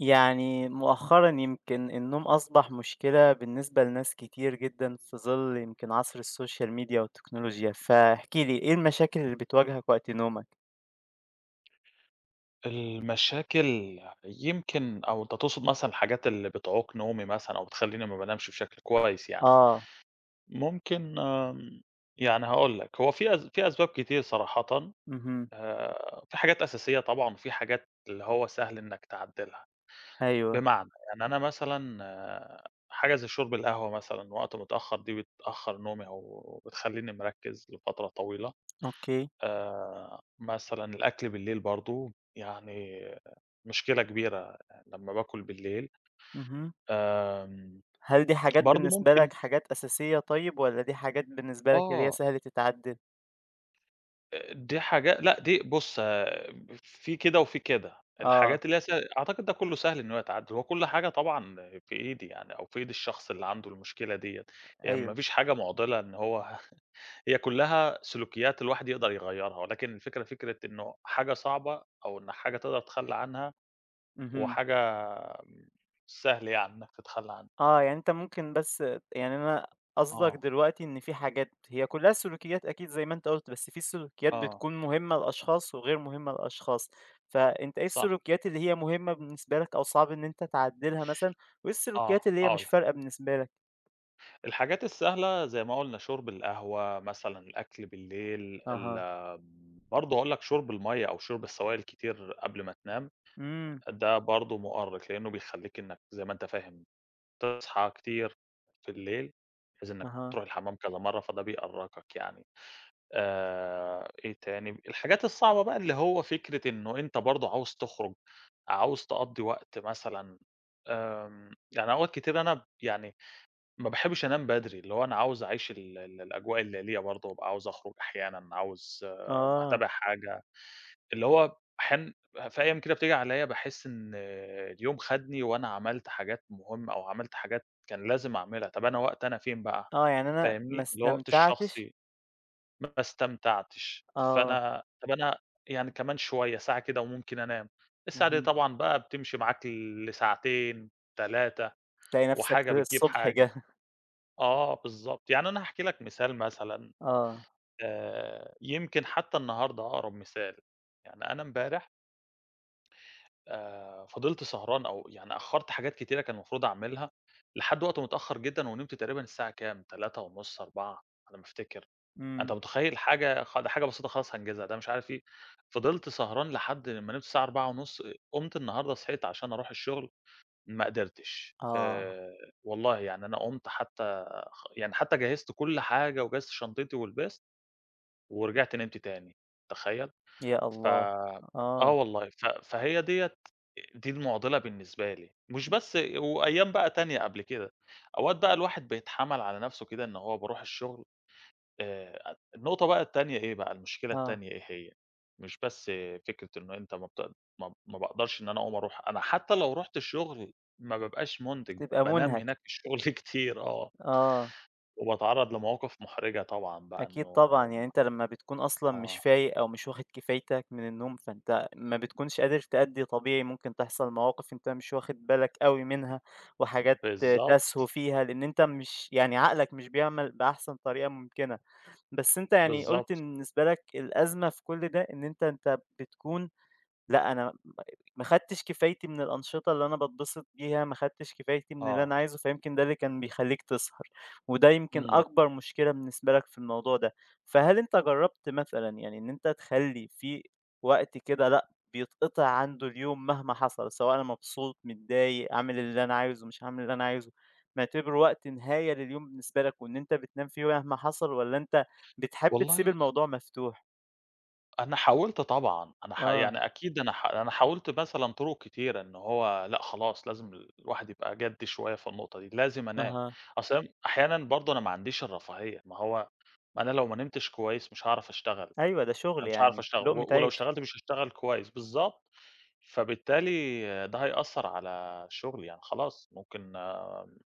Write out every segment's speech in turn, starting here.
يعني مؤخرا يمكن النوم أصبح مشكلة بالنسبة لناس كتير جدًا في ظل يمكن عصر السوشيال ميديا والتكنولوجيا، فاحكِ لي إيه المشاكل اللي بتواجهك وقت نومك؟ المشاكل. يمكن أو أنت تقصد مثلًا الحاجات اللي بتعوق نومي مثلًا أو بتخلّيني ما بانامش بشكل كويس يعني. آه، ممكن، يعني هاقول لك، هو في أسباب كتير صراحةً. اهم، في حاجات أساسية طبعًا وفي حاجات اللي هو سهل إنك تعدّلها، أيوه، بمعنى يعني أنا مثلًا حاجة زي شرب القهوة مثلًا وقت متأخر دي بتأخر نومي أو بتخلّيني مركّز لفترة طويلة. أوكي، مثلًا الأكل بالليل برضه يعني مشكلة كبيرة لمّا باكل بالليل. اهم، آمم، هل دي حاجات برضه بالنسبة ممكن، لك حاجات أساسية طيب والّا دي حاجات بالنسبة لك اللي هي آه، سهل تتعدّل؟ دي حاجا لأ، دي بُص. في كده وفي كده، آه، الحاجات اللي هي س أعتقد ده كلّه سهل إن هو يتعدّل، هو كل حاجة طبعًا في إيدي يعني أو في إيد الشخص اللي عنده المشكلة ديّة، هي ما أيوه، فيش حاجة مُعضلة إن هو هي كلّها سلوكيات الواحد يقدر يغيّرها، ولكن الفكرة فكرة إنه حاجة صعبة أو إن حاجة تقدر تتخلّى عنها، اهم. وحاجة سهل يعني إنك تتخلّى عنها. آه، يعني أنت ممكن بس يعني أنا قصدك آه، دلوقتي إن في حاجات هي كلّها سلوكيات أكيد زي ما أنت قُلت، بس في سلوكيات آه، بتكون مهمة لأشخاص وغير مهمة لأشخاص، فأنت إيه صح. السلوكيات اللي هي مهمة بالنسبة لك أو صعب إن أنت تعدّلها مثلًا، وإيه آه، السلوكيات اللي هي هاقول مش لك. فارقة بالنسبة لك؟ الحاجات السهلة زي ما قُلنا شُرب القهوة مثلًا، الأكل بالليل، أها، برضه هاقول لك شُرب المَيّة أو شُرب السوائل كتير قبل ما تنام، إمم، ده برضه مؤرِّق، لإنه بيخلّيك إنّك زي ما أنت فاهم تصحى كتير في الليل، بحيث إنّك أها، تروح الحمّام كذا مرّة، فده بيأرّقك يعني. إيه تاني؟ الحاجات الصعبة بقى اللي هو فكرة إنه أنت برضه عاوز تخرُج، عاوز تقضّي وقت مثلًا. يعني أوقات كتير أنا يعني ما باحبش أنام بدري، اللي هو أنا عاوز أعيش ال ال الأجواء الليلية برضه، بابقى عاوز أخرج أحيانًا، عاوز آه، أتابع حاجة، اللي هو أحيانًا في أيام كده بتيجي عليَّ باحس إن اليوم خدني وأنا عملت حاجات مهمة أو عملت حاجات كان لازم أعملها، طب أنا وقتي أنا فين بقى؟ آه، يعني أنا فاهمني؟ ما اللي هو وقتي استمتعتش الشخصي ما استمتعتش، آه، فأنا طب أنا يعني كمان شوية ساعة كده وممكن أنام، الساعة دي اهم، طبعًا بقى بتمشي معاك لساعتين، 3، تلاقي نَفْسك وحاجة في بتجيب الصبح حاجة. جه آه، بالضبط. يعني أنا هاحكي لك مثال مثلًا. آه، يمكن حتى النهارده أقرب مثال. يعني أنا امبارح فضلت سهران أو يعني أخّرت حاجات كتيرة كان المفروض أعملها لحد وقت متأخّر جدًا ونمت تقريبًا الساعة كام 03:30، 04:00 على ما أفتكر. أنت إمم، متخيّل حاجة ده حاجة بسيطة خالص هانجزها، ده مش عارف إيه. فضلت سهران لحد ما نمت الساعة 04:30، قُمت النهارده صحيت عشان أروح الشغل ما قدرتش. آه، والله يعني أنا قُمت حتى خ يعني حتى جهّزت كل حاجة وجهّزت شنطتي ولبست، ورجعت نمت تاني، تخيّل؟ يا ف الله! آه آه، والله. فهي ديّة، دي المُعضلة بالنسبة لي، مش بس وأيام بقى تانية قبل كده، أوقات بقى الواحد بيتحمل على نَفْسه كده إن هو باروح الشغل. أ النقطة بقى التانية إيه بقى، المشكلة آه، التانية إيه هي، مش بس فكرة إنه أنت ما بت ما ما باقدرش إن أنا أقوم أروح، أنا حتى لو رُحت الشغل ما بابقاش مُنتِج، بتبقى بانام مُنهك، هناك في الشغل كتير، آه، آه. وباتعرّض لمواقف محرجة طبعًا بقى أكيد إنه. طبعًا، يعني أنت لمّا بتكون أصلًا مش آه، فايق أو مش واخد كفايتك من النوم، فأنت ما بتكونش قادر تأدّي طبيعي، ممكن تحصل مواقف أنت مش واخد بالك أوي منها، وحاجات بالضبط، تسهو فيها، لإن أنت مش يعني عقلك مش بيعمل بأحسن طريقة ممكنة. بس أنت يعني قُلت بالضبط، إن بالنسبة لك الأزمة في كل ده إن أنت بتكون لأ، أنا م ما خدتش كفايتي من الأنشطة اللي أنا باتبسط بيها، ما خدتش كفايتي من اللي أنا آه، عايزه، فيمكن ده اللي كان بيخلّيك تسهر، وده يمكن إمم. أكبر مشكلة بالنسبة لك في الموضوع ده. فهل أنت جرّبت مثلًا يعني إن أنت تخلّي في وقت كده لأ، بيتقطع عنده اليوم مهما حصل، سواء أنا مبسوط، متضايق، عامل اللي أنا عايزه، مش عامل اللي أنا عايزه، معتبره وقت نهاية لليوم بالنسبة لك وإن أنت بتنام فيه مهما حصل والّا أنت بتحب تسيب والله الموضوع مفتوح؟ أنا حاولت طبعًا، أنا ح آه، يعني أكيد أنا ح أنا حاولت مثلًا طرق كتيرة إن هو لأ خلاص لازم الواحد يبقى جَد شوية في النقطة دي، لازم أنام. أها. أصل أحيانًا برضه أنا ما عنديش الرفاهية، ما هو ما أنا لو ما نمتش كويس مش هاعرف أشتغل. أيوه، ده أنا شغل مش هاعرف يعني، أشتغل، و لقمة ولو عيش. اشتغلت مش هاشتغل كويس، بالضبط، فبالتالي ده هيأثّر على شغلي، يعني خلاص ممكن.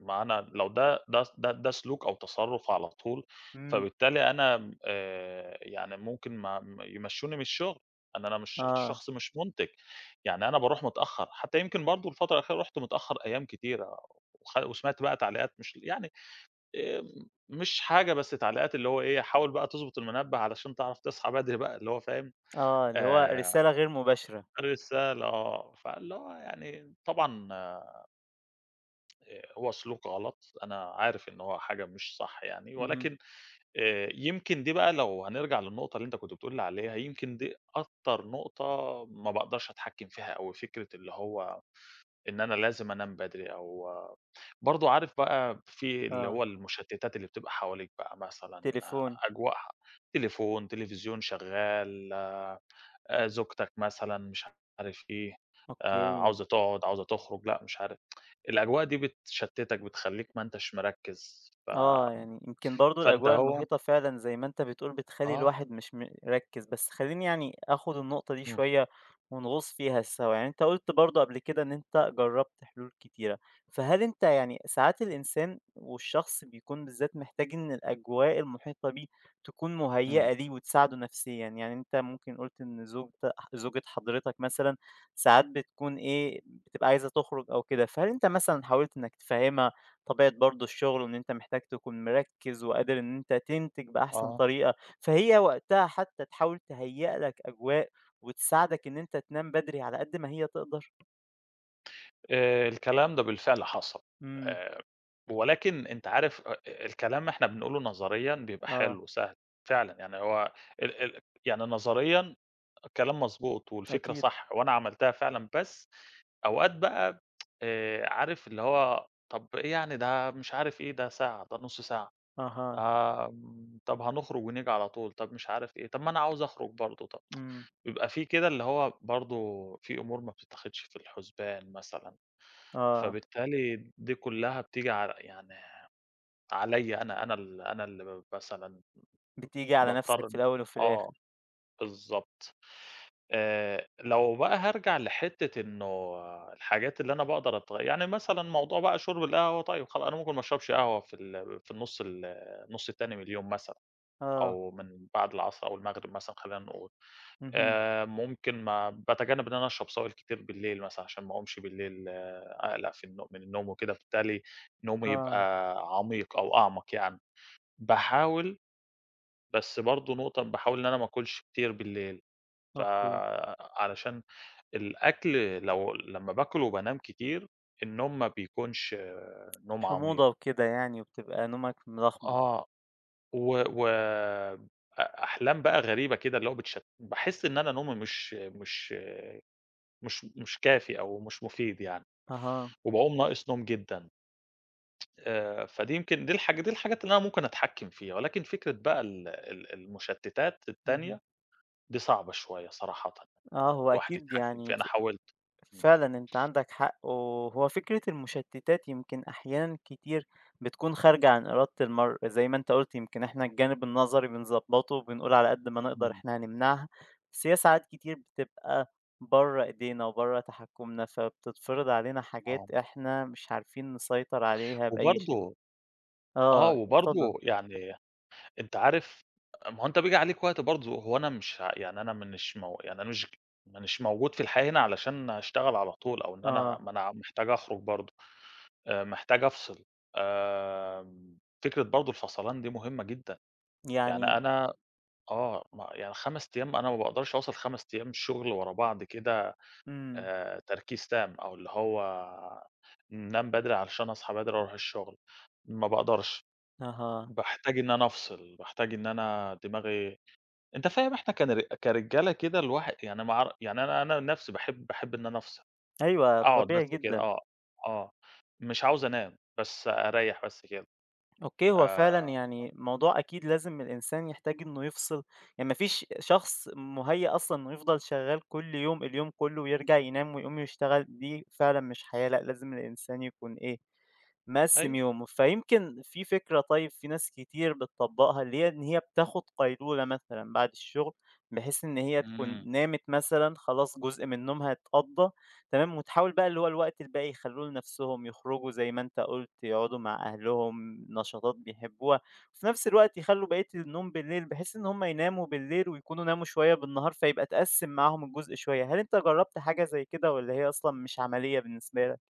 ما أنا لو ده سلوك أو تصرُّف على طول، إمم، فبالتالي أنا يعني ممكن ما يمشّوني من الشغل، إن أنا مش آه، شخص مش مُنتِج، يعني أنا باروح متأخّر، حتى يمكن برضه الفترة الأخيرة رُحت متأخّر أيام كتيرة، وسمعت بقى تعليقات مش يعني. مش حاجة بس تعليقات اللي هو إيه، حاول بقى تضبط المنبه علشان تعرف تصحى بدري بقى، اللي هو فاهم. آه، اللي هو آآ، رسالة غير مباشرة. رسالة، فاللي هو يعني طبعًا، هو سلوك غلط، أنا عارف إن هو حاجة مش صح يعني، اهم، ولكن يمكن دي بقى لو هنرجع للنقطة اللي أنت كنت بتقول لي عليها، يمكن دي أكتر نقطة ما باقدرش أتحكم فيها أوي، فكرة اللي هو إن أنا لازم أنام بدري أو برضه عارف بقى في اللي آه، هو المشتتات اللي بتبقى حواليك بقى مثلًا تليفون، أجواء، تليفون، تلفزيون شغال، زوجتك مثلًا مش عارف إيه، أوكي. عاوزة تقعد، عاوزة تخرج، لأ مش عارف الأجواء دي بتشتتك، بتخلّيك ما أنتش مركّز ف آه، يعني يمكن برضه فأنت الأجواء أهو. المحيطة فعلًا زي ما أنت بتقول بتخلّي آه، الواحد مش مركّز، بس خلّيني يعني آخُد النقطة دي إمم، شوية ونغوص فيها سوا، يعني أنت قُلت برضه قبل كده إن أنت جرّبت حلول كتيرة، فهل أنت يعني ساعات الإنسان والشخص بيكون بالذات محتاج إن الأجواء المحيطة بيه تكون إمم، مُهيّأة ليه وتساعده نفسيًا، يعني أنت ممكن قُلت إن زوجة حضرتك مثلًا ساعات بتكون إيه، بتبقى عايزة تخرج أو كده، فهل أنت مثلًا حاولت إنك تفهّمها طبيعة برضه الشغل وإن أنت محتاج تكون مركّز وقادر إن أنت تنتج بأحسن آه. طريقة، فهي وقتها حتى تحاول تهيأ لك أجواء وتساعدك إن أنت تنام بدري على قد ما هي تقدر؟ الكلام ده بالفعل حصل. إمم، آآ ولكن أنت عارف الكلام إحنا بنقوله نظريًا بيبقى حلو آه، وسهل، فعلًا يعني هو ال ال يعني نظريًا الكلام مضبوط والفكرة أكيد، صح وأنا عملتها فعلًا، بس أوقات بقى عارف اللي هو طب إيه يعني ده مش عارف إيه، ده ساعة، ده نُص ساعة. أها، طب هنخرج ونيجي على طول، طب مش عارف إيه، طب ما أنا عاوز أخرج برضه، طب إمم، بيبقى في كده اللي هو برضه في أمور ما بتتاخدش في الحسبان مثلًا. آه، فبالتالي دي كلّها بتيجي على يعني عليّا أنا، أنا أنا اللي ب مثلًا بتيجي على نَفْسك باضطر، في الأول وفي آه، الآخر، بالضبط. لو بقى هارجع لحتّة إنه الحاجات اللي أنا باقدر يعني مثلًا موضوع بقى شُرب القهوة طيب خلا أنا ممكن ما اشربش قهوة في النُص التاني من اليوم مثلًا آه، أو من بعد العصر أو المغرب مثلًا خلّينا نقول. اهم، ممكن ما باتجنّب إن أنا أشرب سوائل كتير بالليل مثلًا عشان ما أقومش بالليل، أقلق في النوم من النوم وكده، فبالتالي نومي آه، يبقى عميق أو أعمق يعني. باحاول، بس برضه نقطة باحاول إن أنا ما آكلش كتير بالليل، أوكي، فعلشان الأكل لو لمّا باكل وبانام كتير، النوم ما بيكونش نوم عميق. حموضة وكده يعني وبتبقى نومك ملخبط، آه، و و أ أحلام بقى غريبة كده اللي هو باحس إن أنا نومي مش كافي أو مش مفيد يعني، أها، وباقوم ناقص نوم جدًا. فدي يمكن دي دي الحاجات اللي أنا ممكن أتحكم فيها، ولكن فكرة بقى ال ال المشتتات اهم، التانية دي صعبة شوية صراحةً، آه، إنه هو الواحد أكيد يتحكم يعني فيها، أنا ف حاولت. إمم، فعلًا أنت عندك حق، وهو فكرة المشتتات يمكن أحيانًا كتير بتكون خارجة عن إرادة المرء، زي ما أنت قُلت يمكن إحنا الجانب النظري بنضبّطه وبنقول على قد ما نقدر إمم، إحنا هنمنعها، بس هي ساعات كتير بتبقى برّه إيدينا وبرّه تحكُّمنا، فبتتفرض علينا آه، حاجات إحنا مش عارفين نسيطر عليها بأي شكل. وبرضه. آه، آه، اتفضل. وبرضه يعني أنت عارف ما هو أنت بييجي عليك وقت برضه هو أنا مش ه يعني أنا مش مو يعني أنا مش موجود في الحياة هنا علشان أشتغل على طول، أو إن أنا آه، ما أنا محتاج أخرج برضه. محتاج أفصل. آمم فكرة برضه الفَصَلان دي مهمة جدًا، يعني يعني أنا، آه، ما يعني 5 أيام أنا ما باقدرش أوصل 5 أيام شغل ورا بعض كده، إمم، تركيز تام، أو اللي هو نام بدري علشان أصحى بدري وأروح الشغل، ما باقدرش. أها، باحتاج إن أنا أفصل، باحتاج إن أنا دماغي. أنت فاهم إحنا كرجالة كده الواحد يعني ما اعر يعني أنا نفسي باحب إن أنا أفصل، أيوه أقعد طبيعي بس كده، جدًا. آه، آه، مش عاوز أنام، بس أريّح بس كده. أوكي، هو فعلًا آآ يعني موضوع أكيد لازم الإنسان يحتاج إنه يفصل، يعني ما فيش شخص مُهيأ أصلًا إنه يفضل شغال كل يوم اليوم كله ويرجع ينام ويقوم يشتغل، دي فعلًا مش حياة، لأ لازم الإنسان يكون إيه مقسّم أيوه. يومه، فيمكن في فكرة طيب في ناس كتير بتطبّقها اللي هي إن هي بتاخد قيلولة مثلًا بعد الشغل، بحيث إن هي تكون إمم. نامت مثلًا خلاص جزء من نومها اتقضّى تمام، وتحاول بقى اللي هو الوقت الباقي يخلّوه لنفسهم، يخرجوا زي ما أنت قُلت، يقعدوا مع أهلهم، نشاطات بيحبوها، وفي نفس الوقت يخلّوا بقية النوم بالليل بحيث إن هم يناموا بالليل ويكونوا ناموا شوية بالنهار، فيبقى اتقسّم معاهم الجزء شوية. هل أنت جرّبت حاجة زي كده والّا هي أصلًا مش عملية بالنسبة لك؟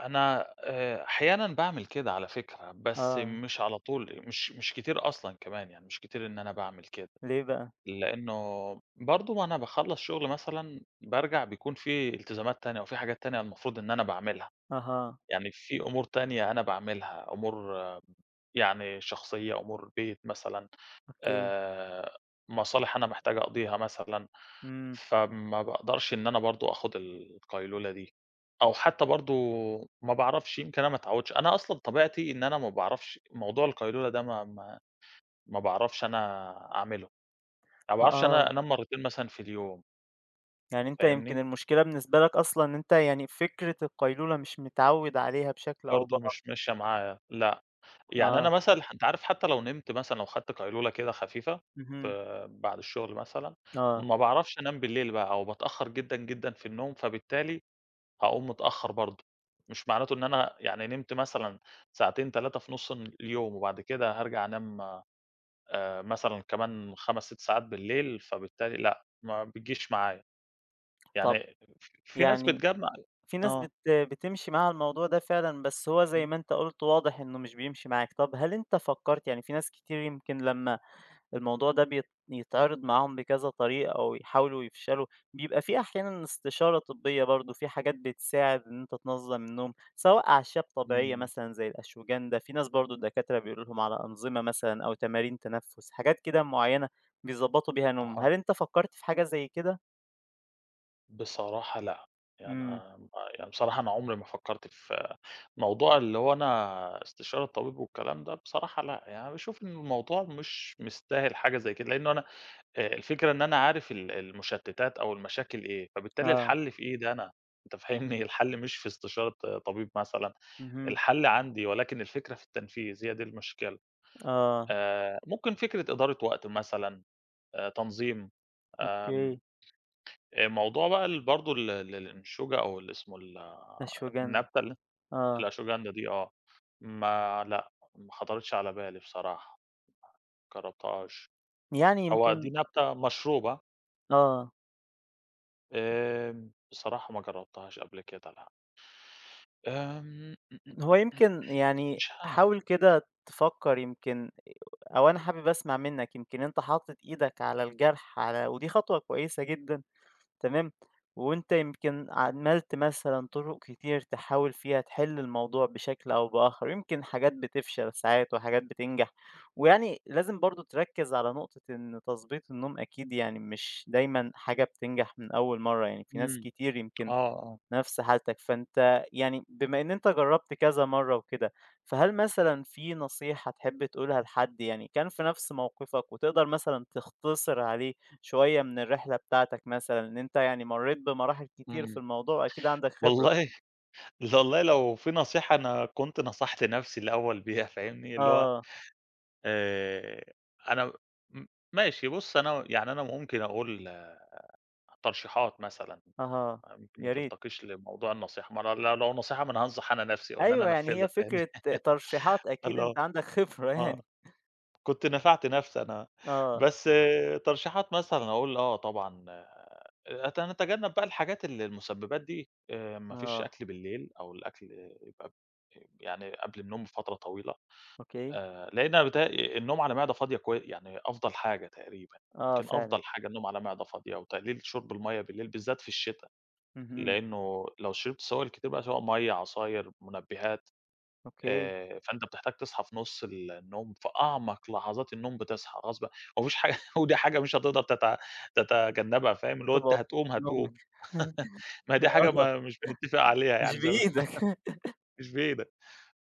أنا أحيانًا باعمل كده على فكرة، بس آه، مش على طول، مش كتير أصلًا كمان، يعني مش كتير إن أنا باعمل كده، ليه بقى؟ لإنه برضه ما أنا باخلّص شغل مثلًا بارجع بيكون في التزامات تانية وفي حاجات تانية المفروض إن أنا باعملها، أها. يعني في أمور تانية أنا باعملها، أمور يعني شخصية، أمور بيت مثلًا، أوكي، آآ مصالح أنا محتاج أقضيها مثلًا. إمم، فما باقدرش إن أنا برضه آخُد القيلولة دي، أو حتّى برضه ما باعرفش يمكن أنا ما اتعوّدتش، أنا أصلًا طبيعتي إن أنا ما باعرفش موضوع القيلولة ده ما ما باعرفش أنا أعمله، ما باعرفش أنا آه، أنام مرّتين مثلًا في اليوم. يعني أنت يمكن فاهمني، المشكلة بالنسبة لك أصلًا إن أنت يعني فكرة القيلولة مش متعوّد عليها بشكل أو برضه بآخر، مش ماشية معايا، لأ، يعني أنا آه، مثلًا أنت عارف حتّى لو نمت مثلًا لو خدت قيلولة كده خفيفة ف اهم، بعد الشغل مثلًا، آه، ما باعرفش أنام بالليل بقى أو باتأخّر جدًا، جدًا في النوم، فبالتالي هاقوم متأخّر برضه، مش معناته إن أنا يعني نمت مثلًا ساعتين 3 في نُص اليوم وبعد كده هارجع أنام مثلًا كمان 5، 6 ساعات بالليل، فبالتالي لأ، ما بتجيش معايا، طب يعني في ناس يعني بتجمّع. في ناس آه، بتمشي مع الموضوع ده فعلًا، بس هو زي ما أنت قُلت واضح إنه مش بيمشي معاك، طب هل أنت فكّرت يعني في ناس كتير يمكن لمّا الموضوع ده يتعرض معاهم بكذا طريقة أو يحاولوا يفشلوا، بيبقى في أحيانًا استشارة طبية برضه، في حاجات بتساعد إن أنت تنظّم النوم، سواء أعشاب طبيعية إمم، مثلًا زي الأشوجان ده، في ناس برضه الدكاترة بيقولوا لهم على أنظمة مثلًا أو تمارين تنفُّس، حاجات كده معيّنة بيضبّطوا بيها نومهم، أها، هل أنت فكّرت في حاجة زي كده؟ بصراحة لأ، يعني إمم، أنا ما يعني بصراحة أنا عمري ما فكّرت في موضوع اللي هو أنا استشارة طبيب والكلام ده، بصراحة لأ، يعني باشوف إن الموضوع مش مستاهل حاجة زي كده، لإنه أنا الفكرة إن أنا عارف المشتتات أو المشاكل إيه، فبالتالي آه، الحل في إيدي أنا، أنت فاهمني؟ الحل مش في استشارة، طبيب مثلًا، اهم، الحل عندي ولكن الفكرة في التنفيذ، هي دي المشكلة. آه، ممكن فكرة إدارة وقت مثلًا، تنظيم، آمم، أوكي، موضوع بقى برضه ال ال الأنشوجة أو اللي اسمه أشوجان، النبتة آه، الأشوجندا دي، ما لأ، ما خطرتش على بالي بصراحة، ما جربتهاش. يعني هو يمكن دي نبتة مشروب ها؟ آه، بصراحة ما جرّبتهاش قبل كده لأ. آمم، إمم، إمم، هو إمم، إمم، يمكن يعني مش عارف. حاول كده تفكّر يمكن أو أنا حابب أسمع منّك، يمكن أنت حاطط إيدك على الجرح على ودي خطوة كويسة جدًا تمام، وأنت يمكن عمّلت مثلًا طرق كتير تحاول فيها تحل الموضوع بشكل أو بآخر، يمكن حاجات بتفشل ساعات وحاجات بتنجح، ويعني لازم برضه تركّز على نقطة إن تضبيط النوم أكيد يعني مش دايمًا حاجة بتنجح من أول مرّة، يعني في ناس إمم، كتير آه، يمكن آه، نفس حالتك، فأنت يعني بما إن أنت جرّبت كذا مرّة وكده، فهل مثلًا في نصيحة تحب تقولها لحد يعني كان في نفس موقفك وتقدر مثلًا تختصر عليه شوية من الرحلة بتاعتك مثلًا، إن أنت يعني مرّيت بمراحل كتير في إمم. الموضوع أكيد عندك خبرة؟ والله، والله لو في نصيحة أنا كنت نصحت نَفْسي الأول بيها فاهمني، اللي هو آه، آآ، أنا م ماشي بُص أنا يعني أنا ممكن أقول ترشيحات مثلًا، أها، يمكن ما يا ريت. ترتقيش لموضوع النصيحة، ما أنا لو لو نصيحة ما أنا هانصح أنا نَفْسي أو إن أنا أيوه، يعني أنفّذها هي فاهمني. فكرة ترشيحات أكيد اللي هو، أنت عندك خبرة آه، يعني. كنت نفعت نَفْسي أنا، آه، بس ترشيحات مثلًا أقول، طبعًا نتجنب بقى الحاجات المسببات دي. ما فيش آه، أكل بالليل أو الأكل يبقى يعني قبل النوم بفترة طويلة، أوكي، لإن أنا بيتهيألي النوم على معدة فاضية كوي يعني أفضل حاجة تقريبًا، آه يمكن فعلًا، أفضل حاجة النوم على معدة فاضية وتقليل شرب المَيّة بالليل بالذات في الشتا، اهم، لإنه لو شربت سوائل كتير بقى سواء مَيّة، عصاير، منبهات، أوكي. فأنت بتحتاج تصحى في نُص النوم، في أعمق لحظات النوم بتصحى غصب ما فيش حاجة ودي حاجة مش هتقدر تتجنبها فاهم، اللي هو طب أنت أهو، هتقوم، هتقوم. نومك ما هي دي حاجة آه، ما مش بنتفق عليها مش يعني زي ما. بإيدك. مش بإيدك.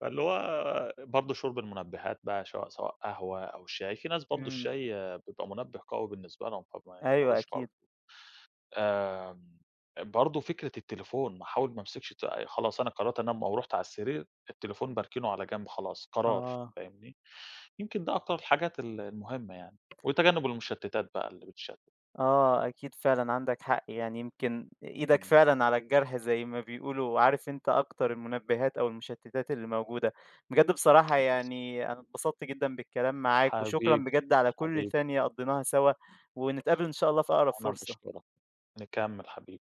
فاللي هو برضه شُرب المنبهات بقى سواء قهوة أو شاي، في ناس برضه إمم، الشاي بيبقى منبه قوي بالنسبة لهم فما أيوه يقدروش برضه. أكيد، آمم، برضه فكرة التليفون ما أحاول ما امسكش خلاص أنا قررت أنام أو رُحت على السرير، التليفون باركنه على جنب خلاص قرار آه، فاهمني، يمكن ده أكتر الحاجات المهمة يعني، وتجنب المشتتات بقى اللي بتشتت. آه أكيد فعلًا عندك حق، يعني يمكن إيدك إمم، فعلًا على الجرح زي ما بيقولوا، عارف أنت أكتر المنبهات أو المشتتات اللي موجودة، بجد بصراحة يعني أنا اتبسطت جدًا بالكلام معاك، وشكرًا حبيبي، بجد على كل حبيبي، ثانية قضيناها سوا، ونتقابل إن شاء الله في أقرب أنا فرصة. باشكرك، نكمّل حبيبي.